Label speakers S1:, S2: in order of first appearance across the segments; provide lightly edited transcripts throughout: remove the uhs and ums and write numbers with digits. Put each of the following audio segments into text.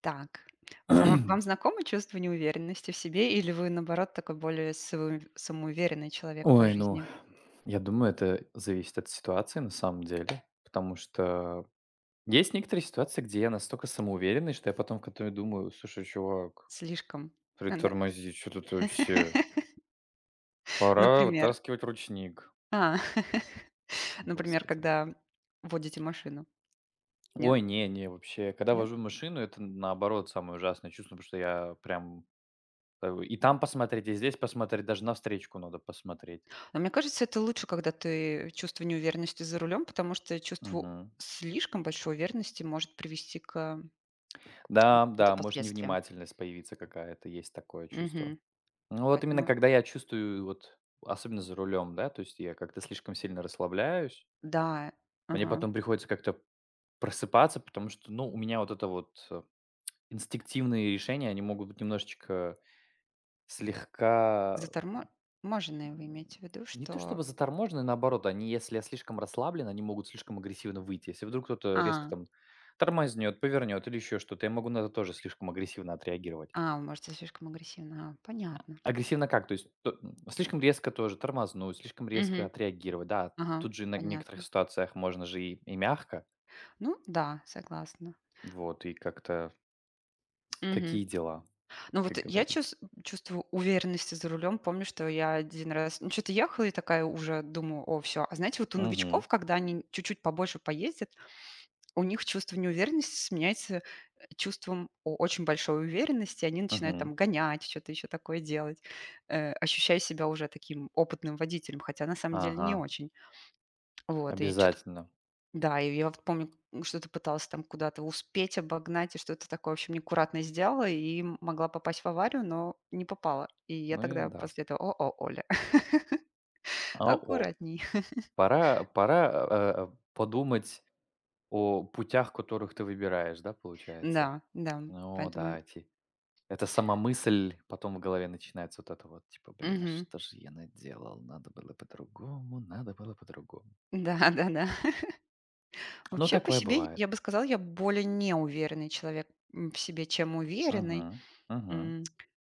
S1: Так. Вам знакомо чувство неуверенности в себе, или вы, наоборот, такой более савы самоуверенный человек по
S2: Ой, ну,
S1: жизни?
S2: я думаю, это зависит от ситуации на самом деле, потому что есть некоторые ситуации, где я настолько самоуверенный, что я потом в которой думаю, слушай, чувак,
S1: Слишком, да?
S2: притормози, что тут вообще? Пора
S1: Например?
S2: вытаскивать ручник.
S1: А, например,
S2: Господи.
S1: когда водите машину? Нет?
S2: Ой, не, не, вообще, когда
S1: Нет?
S2: вожу машину, это наоборот самое ужасное чувство, потому что я прям и там посмотреть, и здесь посмотреть, даже на встречку надо посмотреть.
S1: Но мне кажется, это лучше, когда ты чувство неуверенности за рулем, потому что чувство
S2: Мгм.
S1: слишком большой уверенности может привести к
S2: Да,
S1: каким-то
S2: да, может
S1: последствиям.
S2: невнимательность появиться какая-то, есть такое чувство.
S1: Мгм.
S2: Ну, вот именно
S1: Поэтому
S2: когда я чувствую, вот, особенно за рулем, да, то есть я как-то слишком сильно расслабляюсь,
S1: да,
S2: мне
S1: ага.
S2: потом приходится как-то просыпаться, потому что, ну, у меня вот это вот инстинктивные решения, они могут быть немножечко слегка
S1: Заторможенные, вы
S2: м,
S1: имеете в виду,
S2: не то
S1: что...
S2: чтобы заторможены, наоборот, они, если я слишком расслаблен, они могут слишком агрессивно выйти. Если вдруг кто-то резко
S1: А.
S2: там тормознет, повернет или еще что-то, я могу на это тоже слишком агрессивно отреагировать.
S1: А, вы можете слишком агрессивно. А, понятно.
S2: Агрессивно как? То есть т слишком резко тоже тормознуть, слишком резко
S1: Мгм.
S2: отреагировать. Да,
S1: Ага,
S2: тут же на некоторых
S1: понятно.
S2: ситуациях можно же и мягко.
S1: Ну да, согласна.
S2: Вот, и как-то
S1: Мгм.
S2: такие дела,
S1: Ну
S2: как
S1: вот я
S2: говорится.
S1: чувствую уверенности за рулем. Помню, что я один раз, ну, что то ехала и такая уже думаю: "О, все". А знаете, вот у
S2: Мгм,
S1: новичков, когда они чуть-чуть побольше поездят, у них чувство неуверенности сменяется чувством о очень большой уверенности. Они начинают
S2: мгм.
S1: там гонять, что-то еще такое делать, ощущая себя уже таким опытным водителем, хотя на самом деле
S2: Ага,
S1: не очень. Вот, и чё-то...
S2: обязательно.
S1: Да, и я вот помню, что ты пыталась там куда-то успеть, обогнать и что-то такое, в общем, неаккуратно сделала и могла попасть в аварию, но не попала. И я
S2: Ну и
S1: тогда
S2: да.
S1: после этого: "О, о, Оля,
S2: А, о,
S1: аккуратней".
S2: пора, подумать о путях, которых ты выбираешь, да, получается?
S1: Да, да,
S2: О
S1: поэтому...
S2: да, эти Это сама мысль, потом в голове начинается вот это вот, типа, блин, а
S1: Мгм.
S2: что же я наделал? Надо было по-другому, надо было по-другому.
S1: Да, да-да.
S2: Ну,
S1: Вообще по
S2: такое
S1: себе, я
S2: бывает.
S1: бы сказала, я более неуверенный человек, в себе, чем уверенный.
S2: Мгм, мгм.
S1: М,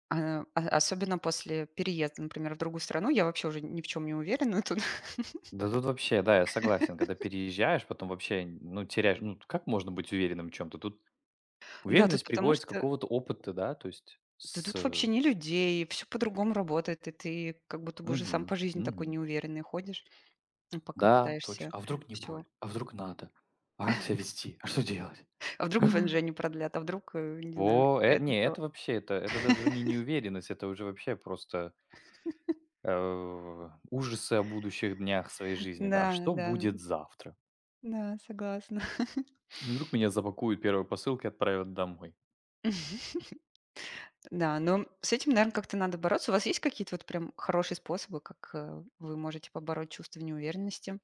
S1: особенно после переезда, например, в другую страну. Я вообще уже ни в чем не уверена тут.
S2: Да тут вообще, да, я согласен, когда переезжаешь, потом вообще, ну, теряешь, ну, как можно быть уверенным в чем-то? Тут
S1: Да, тут
S2: уверенность
S1: потому
S2: приходит с
S1: что...
S2: какого-то опыта, да, то есть
S1: Да, тут вообще не людей, все по-другому работает, и ты как будто бы уже сам по
S2: Мгм,
S1: жизни такой
S2: мгм.
S1: неуверенный ходишь, ну, пока
S2: Да, точно.
S1: пытаешься
S2: А вдруг не
S1: все.
S2: будет? А вдруг надо? А как себя вести? А что делать?
S1: А вдруг ВНЖ не продлят, а вдруг, не знаю,
S2: Во,
S1: это
S2: не,
S1: то.
S2: это вообще, это даже уже не неуверенность, это уже вообще просто ужасы о будущих днях своей жизни, да, а
S1: Да,
S2: что
S1: да,
S2: будет завтра?
S1: да, согласна.
S2: И вдруг меня запакуют первой посылкой и отправят домой.
S1: Да, но с этим, наверное, как-то надо бороться. У вас есть какие-то вот прям хорошие способы, как, вы можете побороть чувство неуверенности,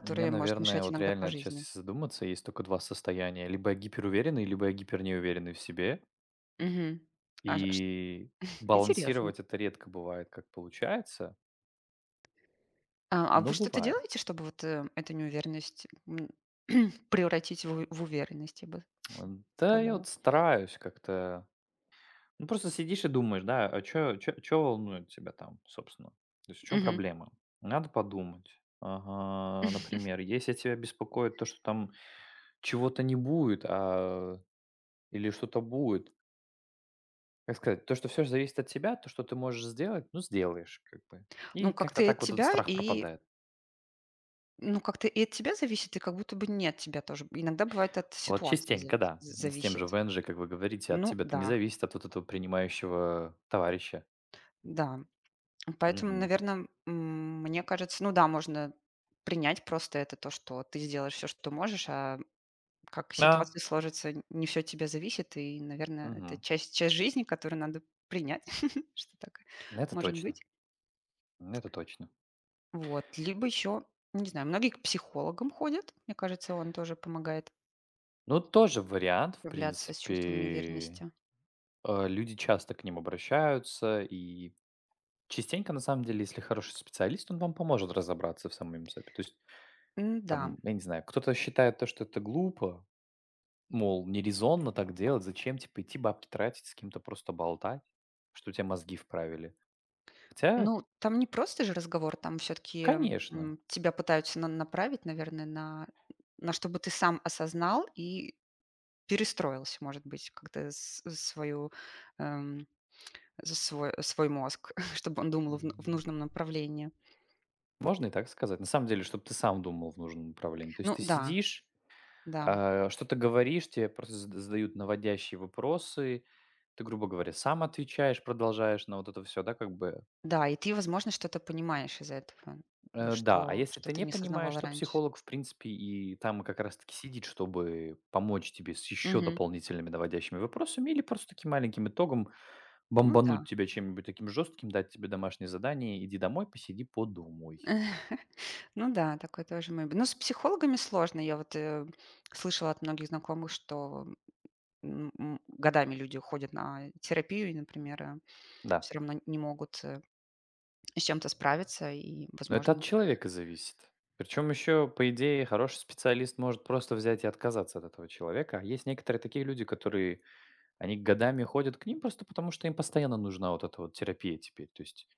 S2: У меня,
S1: может
S2: наверное,
S1: мешать
S2: вот
S1: иногда по
S2: реально сейчас
S1: жизни?
S2: если задуматься, есть только два состояния. Либо я гиперуверенный, либо я гипернеуверенный в себе.
S1: Мгм. А ш
S2: И
S1: интересно.
S2: балансировать это редко бывает, как получается,
S1: А
S2: но
S1: вы что-то
S2: бывает.
S1: делаете, чтобы вот, эту неуверенность, превратить в уверенность, я бы
S2: Да, я
S1: сказала?
S2: вот стараюсь как-то. Ну, просто сидишь и думаешь, да, а что, чё волнует тебя там, собственно? То есть в чем
S1: Мгм.
S2: проблема? Надо подумать. Ага, например, если тебя беспокоит то, что там чего-то не будет, или что-то будет, как сказать, то, что все же зависит от тебя, то, что ты можешь сделать, ну, сделаешь как бы.
S1: Ну,
S2: И
S1: как-то
S2: как-то
S1: и от
S2: так вот этот
S1: тебя,
S2: страх
S1: и
S2: пропадает.
S1: ну, как-то и от тебя зависит, и как будто бы не от тебя тоже. Иногда бывает от
S2: Вот
S1: ситуации зави
S2: частенько, да, с тем же
S1: зависит.
S2: ВНЖ, как вы говорите, от
S1: Ну
S2: тебя-то не
S1: да,
S2: зависит, от вот этого принимающего товарища.
S1: да. Поэтому,
S2: Мгм.
S1: наверное, мне кажется, ну да, можно принять просто это, то, что ты сделаешь все, что можешь. А как
S2: Да.
S1: ситуация сложится, не все от тебя зависит, и, наверное, это
S2: Мгм.
S1: часть жизни, которую надо принять, что так
S2: Это
S1: может
S2: точно,
S1: быть.
S2: это точно.
S1: Вот. Либо еще, не знаю, многие к психологам ходят. Мне кажется, он тоже помогает
S2: Ну, тоже вариант, в
S1: справляться с чувством
S2: принципе.
S1: неуверенности.
S2: Люди часто к ним обращаются, и частенько, на самом деле, если хороший специалист, он вам поможет разобраться в самом мсэпе. То есть, там,
S1: Да.
S2: я не знаю, кто-то считает то, что это глупо, мол, нерезонно так делать, зачем, типа, идти бабки тратить, с кем-то просто болтать, что у тебя мозги вправили. Хотя,
S1: Ну, там не просто же разговор, там все-таки
S2: конечно,
S1: тебя пытаются направить, наверное, на чтобы ты сам осознал и перестроился, может быть, как-то свою эм, за свой мозг, чтобы он думал в, в
S2: м,
S1: нужном направлении.
S2: можно и так сказать. На самом деле, чтобы ты сам думал в нужном направлении. То
S1: Ну
S2: есть ты
S1: да,
S2: сидишь,
S1: да,
S2: Что то говоришь, тебе просто задают наводящие вопросы. Ты, грубо говоря, сам отвечаешь, продолжаешь на вот это все, да, как бы.
S1: да, и ты, возможно, что-то понимаешь из этого, да,
S2: Да, а
S1: что,
S2: если
S1: что
S2: ты
S1: ты
S2: не
S1: не
S2: понимаешь,
S1: осознавала
S2: то
S1: раньше.
S2: психолог, в принципе, и там как раз таки сидит, чтобы помочь тебе с еще
S1: Мгм.
S2: дополнительными наводящими вопросами или просто таким маленьким итогом
S1: Ну да.
S2: бомбануть тебя чем-нибудь таким жестким, дать тебе домашнее задание: "Иди домой, посиди, подумай".
S1: Ну да, такое тоже мы. Ну, с психологами сложно. Я вот слышала от многих знакомых, что годами люди ходят на терапию и, например,
S2: Да.
S1: все равно не могут с чем-то справиться, и,
S2: Но это от
S1: возможно...
S2: человека зависит. Причем еще, по идее, хороший специалист может просто взять и отказаться от этого человека. А есть некоторые такие люди, которые, они годами ходят к ним просто потому, что им постоянно нужна вот эта вот терапия теперь. То есть,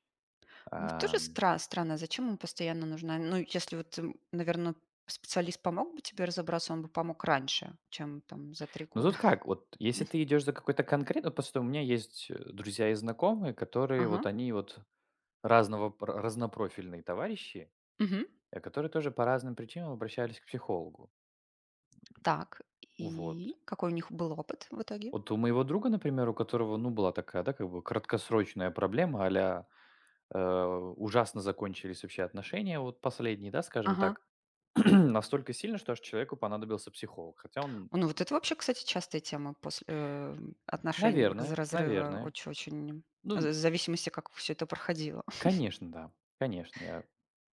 S1: Ну, тоже
S2: ам,
S1: странно, зачем ему постоянно нужна... Ну, если вот, наверное, специалист помог бы тебе разобраться, он бы помог раньше, чем там за три
S2: ну
S1: года.
S2: тут как, вот если ты идешь за какой-то конкретный, просто у меня есть друзья и знакомые, которые
S1: Ага.
S2: вот они вот разного, разнопрофильные товарищи,
S1: Мгм.
S2: которые тоже по разным причинам обращались к психологу.
S1: Так, и
S2: Вот.
S1: какой у них был опыт в итоге?
S2: Вот у моего друга, например, у которого, ну, была такая, да, как бы краткосрочная проблема, а-ля э, ужасно закончились вообще отношения, вот последние, да, скажем
S1: Ага.
S2: так, настолько сильно, что аж человеку понадобился психолог. Хотя он,
S1: О, ну вот это вообще, кстати, частая тема после, отношений, раз разрыва.
S2: наверное,
S1: Очень очень
S2: ну,
S1: в зависимости, как все это проходило.
S2: конечно, да, конечно, я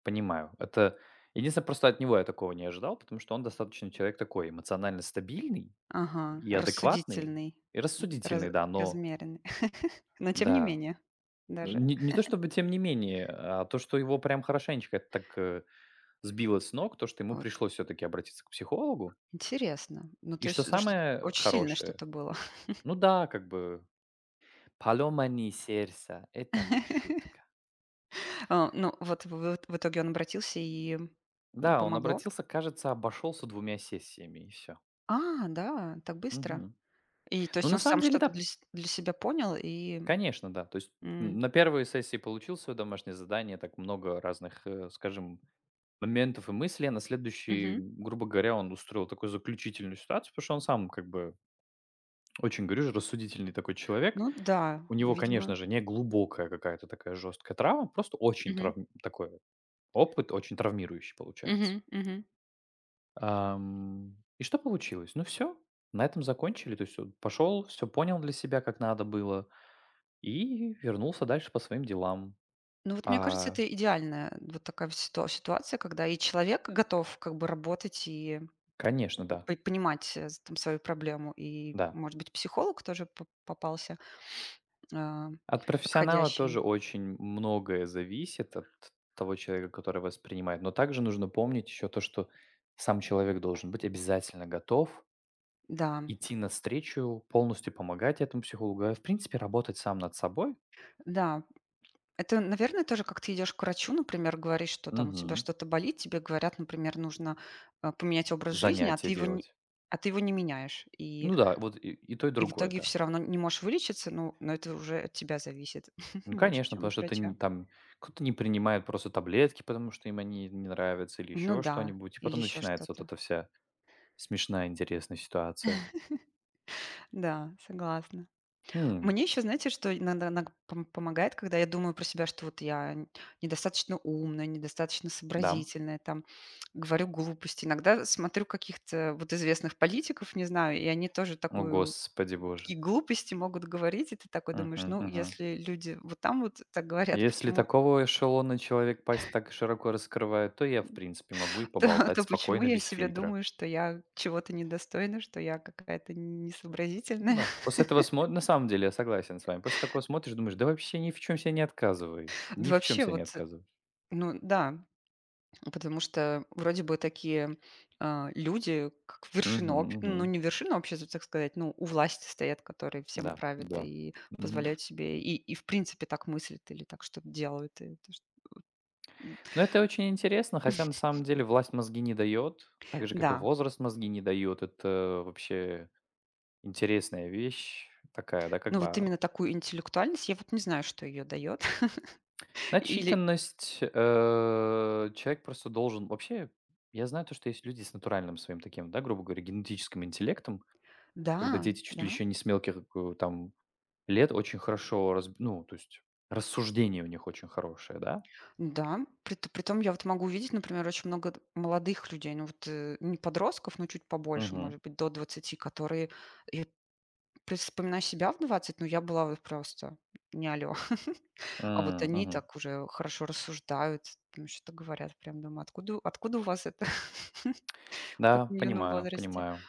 S2: понимаю. Это единственное, просто от него я такого не ожидал, потому что он достаточно человек такой эмоционально стабильный
S1: Ага,
S2: и адекватный,
S1: рассудительный,
S2: и
S1: раз
S2: рассудительный, да, но
S1: размеренный, но тем не
S2: да,
S1: менее
S2: ну,
S1: даже.
S2: не то чтобы тем не менее, а то, что его прям хорошенечко это так, сбило с ног, то, что ему пришлось все таки обратиться к психологу.
S1: Интересно. Ну,
S2: И
S1: то
S2: что
S1: есть это что
S2: самое
S1: очень сильное
S2: хорошее,
S1: что-то было.
S2: ну да, как бы поломанное сердце- это не шутка.
S1: А, ну, вот в итоге он обратился и,
S2: Да, он
S1: помогло?
S2: обратился, кажется, обошелся двумя сессиями и все.
S1: А, да, так быстро. И то
S2: Ну,
S1: есть
S2: на
S1: он
S2: самом
S1: сам
S2: деле,
S1: что-то
S2: да,
S1: для себя понял и,
S2: конечно, да. То есть,
S1: м,
S2: на 1 сессии получил свое домашнее задание, так много разных, скажем, моментов и мыслей, а на следующий,
S1: мгм.
S2: грубо говоря, он устроил такую заключительную ситуацию, потому что он сам как бы, очень, говорю же, рассудительный такой человек.
S1: Ну да,
S2: У него,
S1: видимо.
S2: конечно же, не глубокая какая-то такая жесткая травма, просто очень
S1: Мгм.
S2: травм такой опыт, очень травмирующий получается.
S1: Мгм. Мгм.
S2: И что получилось? Ну, все, на этом закончили. То есть он пошел, все понял для себя, как надо было, и вернулся дальше по своим делам.
S1: Ну, вот мне кажется,
S2: А,
S1: это идеальная вот такая вот ситуация, когда и человек готов как бы работать и
S2: конечно, да,
S1: по понимать, там свою проблему, и,
S2: да.
S1: может быть, психолог тоже п попался, а,
S2: От профессионала тоже
S1: подходящий.
S2: очень многое зависит от того человека, который воспринимает. Но также нужно помнить еще то, что сам человек должен быть обязательно готов
S1: Да,
S2: идти навстречу, полностью помогать этому психологу, а в принципе работать сам над собой.
S1: да. Это, наверное, тоже как ты идешь к врачу, например, говоришь, что там у тебя
S2: Мгм.
S1: что-то болит, тебе говорят, например, нужно поменять образ жизни,
S2: Занятия делать.
S1: а ты его не меняешь.
S2: Ну да, вот и то, и
S1: В
S2: другое,
S1: итоге
S2: да.
S1: все равно не можешь вылечиться, ну, но это уже от тебя зависит
S2: Ну,
S1: больше,
S2: конечно,
S1: чем
S2: потому
S1: от
S2: что это
S1: врача.
S2: не, там кто-то не принимает просто таблетки, потому что им они не нравятся или
S1: Ну
S2: еще
S1: да,
S2: что-нибудь, и
S1: или
S2: потом
S1: еще
S2: начинается вот
S1: что-то.
S2: эта вся смешная, интересная ситуация.
S1: Да, согласна.
S2: М,
S1: Мне еще, знаете, что иногда наг пом помогает, когда я думаю про себя, что вот я н недостаточно умная, недостаточно
S2: да.
S1: сообразительная, там, говорю глупости. Иногда смотрю каких-то вот известных политиков, не знаю, и они тоже
S2: О,
S1: такую
S2: господи
S1: и
S2: боже.
S1: глупости могут говорить, и ты такой думаешь:
S2: Мгм,
S1: "Ну,
S2: мгм.
S1: если люди вот там вот так говорят,
S2: Если
S1: почему
S2: такого эшелона человек пасть так широко раскрывает, то я, в принципе, могу и
S1: то
S2: поболтать
S1: то почему
S2: спокойно,
S1: я о
S2: без
S1: себе
S2: фильтра.
S1: думаю, что я чего-то недостойна, что я какая-то несообразительная?"
S2: Да. После этого смо на самом деле я согласен с вами. После такого смотришь, думаешь, да вообще ни в чем себе не отказывай.
S1: Да
S2: Ни в чем
S1: вообще
S2: себе не
S1: вот,
S2: отказывай.
S1: ну да. Потому что вроде бы такие, люди, как
S2: Мгм,
S1: вершина об
S2: мгм.
S1: ну, не вершина общества, так сказать, ну, у власти стоят, которые всем
S2: Да,
S1: правят
S2: да.
S1: и
S2: Мгм.
S1: позволяют себе и в принципе так мыслят или так что-то делают. И то, что... М,
S2: Но это очень интересно, хотя на самом деле власть мозги не дает, так же, как и
S1: да,
S2: возраст мозги не дает. Это вообще интересная вещь такая, да, как
S1: ну
S2: бы
S1: вот
S2: а
S1: именно такую интеллектуальность, я вот не знаю, что ее дает. Или
S2: Начитанность, человек просто должен. Вообще, я знаю то, что есть люди с натуральным своим таким, да, грубо говоря, генетическим интеллектом, когда
S1: да,
S2: дети чуть ли
S1: да,
S2: еще не с мелких, там, лет очень хорошо раз ну, то есть рассуждение у них очень хорошее, да?
S1: да. Притом я вот могу увидеть, например, очень много молодых людей, ну вот, не подростков, но чуть побольше,
S2: Мгм.
S1: может быть, до 20 которые, я... То есть вспоминаю себя в 20, ну, я была вот просто не алё. А вот
S2: М,
S1: они
S2: мгм.
S1: так уже хорошо рассуждают, там что-то говорят. Прям думаю: "Откуда у вас это в
S2: Да,
S1: таком юном
S2: понимаю,
S1: возрасте?"
S2: понимаю.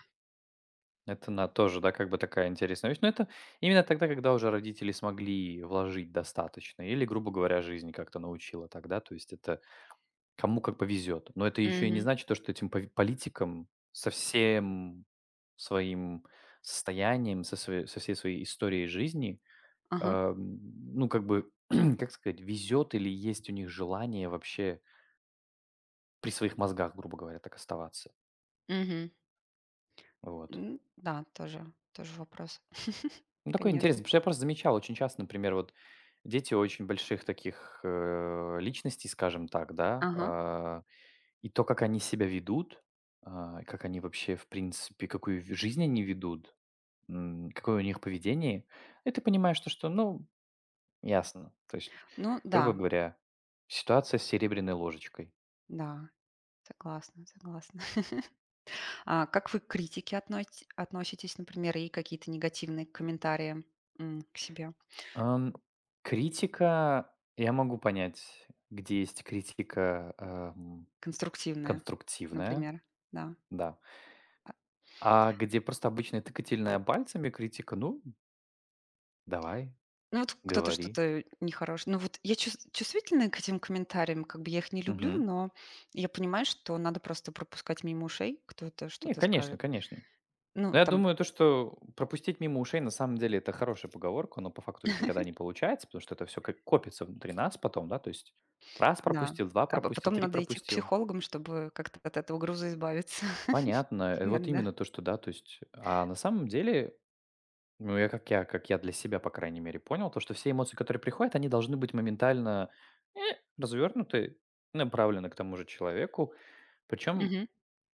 S2: Это на тоже, да, как бы такая интересная вещь. Но это именно тогда, когда уже родители смогли вложить достаточно или, грубо говоря, жизнь как-то научила тогда. То есть. Кому как повезет. Но это еще и не
S1: Мгм.
S2: значит то, что этим пов политикам со всем своим состоянием, со всей своей историей жизни,
S1: Ага.
S2: ну, как бы, как сказать, везет или есть у них желание вообще при своих мозгах, грубо говоря, так оставаться.
S1: Мгм.
S2: Вот.
S1: Да, тоже вопрос.
S2: Ну, такое интересно,
S1: Конечно.
S2: потому что я просто замечал очень часто, например, вот дети очень больших таких, личностей, скажем так, да,
S1: Ага.
S2: а И то, как они себя ведут, как они вообще, в принципе, какую в жизнь они ведут, какое у них поведение, и ты понимаешь то, что, ну, ясно. То есть,
S1: Ну
S2: грубо
S1: да,
S2: говоря, ситуация с серебряной ложечкой.
S1: да, согласна, согласна. А как вы к критике относь относитесь, например, и какие-то негативные комментарии, к себе,
S2: Ам, критика, я могу понять, где есть критика
S1: конструктивные,
S2: конструктивная,
S1: например? Да.
S2: да. А где просто обычная тыкательная пальцами критика, ну, давай,
S1: Ну вот кто-то
S2: говори.
S1: что-то нехорошее. Ну вот я чувствительная к этим комментариям, как бы я их не люблю,
S2: Мгм.
S1: но я понимаю, что надо просто пропускать мимо ушей, кто-то
S2: Не,
S1: что-то
S2: конечно,
S1: скажет.
S2: конечно.
S1: Ну
S2: Ну, я
S1: там,
S2: думаю, то, что пропустить мимо ушей, на самом деле, это хорошая поговорка, но по факту ведь никогда не получается, потому что это все как копится внутри нас потом, да, то есть раз
S1: да.
S2: пропустил, два
S1: А по-
S2: пропустил,
S1: потом
S2: три
S1: надо идти к
S2: пропустил.
S1: психологам, чтобы как-то от этого груза избавиться
S2: Понятно, вот
S1: иногда.
S2: именно то, что, да, то есть, а на самом деле, ну, как я для себя, по крайней мере, понял, то, что все эмоции, которые приходят, они должны быть моментально э, развернуты, направлены к тому же человеку, причем
S1: Мгм.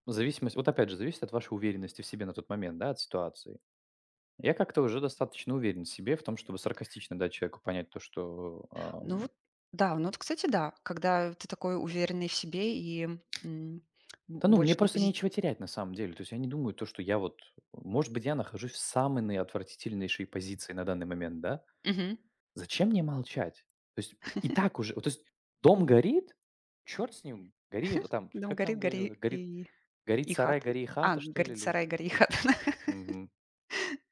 S2: зависимость, вот опять же, зависит от вашей уверенности в себе на тот момент, да, от ситуации. Я как-то уже достаточно уверен в себе в том, чтобы саркастично дать человеку понять то, что...
S1: Ну вот, да, ну вот, кстати, да, когда ты такой уверенный в себе и м, б-
S2: Да ну, мне
S1: больше на
S2: просто
S1: позитиве.
S2: нечего терять на самом деле. То есть я не думаю то, что я вот... Может быть, я нахожусь в самой наотвратительнейшей позиции на данный момент, да? Зачем мне молчать? То есть и так уже... вот, то есть дом горит, черт с ним, гори... Там,
S1: Дом
S2: как
S1: горит,
S2: там
S1: гори
S2: горело? Горит сарай,
S1: хата.
S2: гори и
S1: А,
S2: хата, что ли?
S1: горит
S2: Или?
S1: сарай, гори и хата.
S2: Мгм.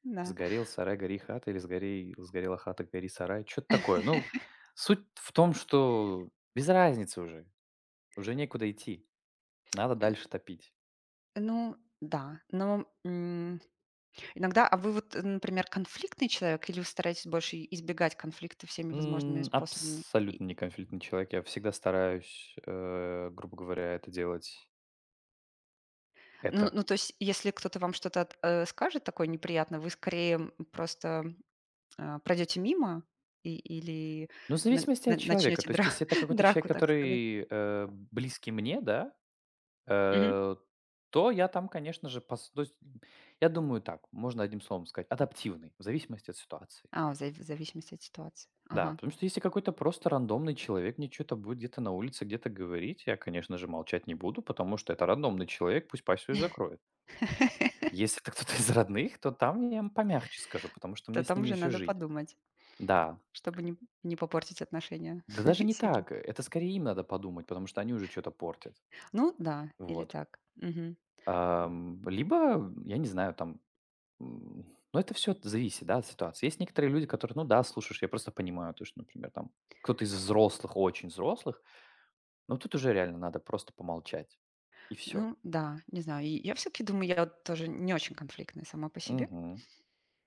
S1: Да.
S2: Сгорел сарай, гори хата, или сгорела хата, гори сарай. Что-то такое. Ну, суть в том, что без разницы уже. Уже некуда идти, надо дальше топить.
S1: Ну да, но, иногда... А вы вот, например, конфликтный человек или вы стараетесь больше избегать конфликта всеми возможными
S2: М,
S1: способами? И
S2: абсолютно неконфликтный человек. Я всегда стараюсь, грубо говоря, это делать,
S1: Ну
S2: это.
S1: ну, то есть, если кто-то вам что-то скажет такое неприятное, вы скорее, просто, пройдете мимо или
S2: Ну, в
S1: на
S2: зависимости
S1: на
S2: от человека.
S1: начнете
S2: То
S1: дра
S2: есть, если это какой-то человек,
S1: драку, так сказать?
S2: который, близкий мне, да,
S1: Мгм.
S2: э, то я там, конечно же, пос то есть, я думаю так, можно одним словом сказать, адаптивный, в зависимости от ситуации.
S1: А, в зависимости от ситуации.
S2: Да,
S1: Ага.
S2: потому что если какой-то просто рандомный человек мне чё-то будет где-то на улице, где-то говорить, я, конечно же, молчать не буду, потому что это рандомный человек, пусть пасть свою закроет. Если это кто-то из родных, то там я им помягче скажу, потому что
S1: То
S2: мне с
S1: там
S2: ними
S1: уже
S2: еще
S1: надо
S2: жить.
S1: подумать,
S2: Да.
S1: чтобы не попортить отношения
S2: Да даже не
S1: сильно.
S2: так. Это скорее им надо подумать, потому что они уже что-то портят.
S1: Ну да, или
S2: Вот.
S1: так. Мгм.
S2: Либо, я не знаю, там... м, ну, это все зависит, да, от ситуации. Есть некоторые люди, которые, ну да, слушаешь, я просто понимаю, то, что, например, там кто-то из взрослых, очень взрослых, но тут уже реально надо просто помолчать. И все.
S1: Ну да, не знаю. И я все-таки думаю, я вот тоже не очень конфликтная сама по себе.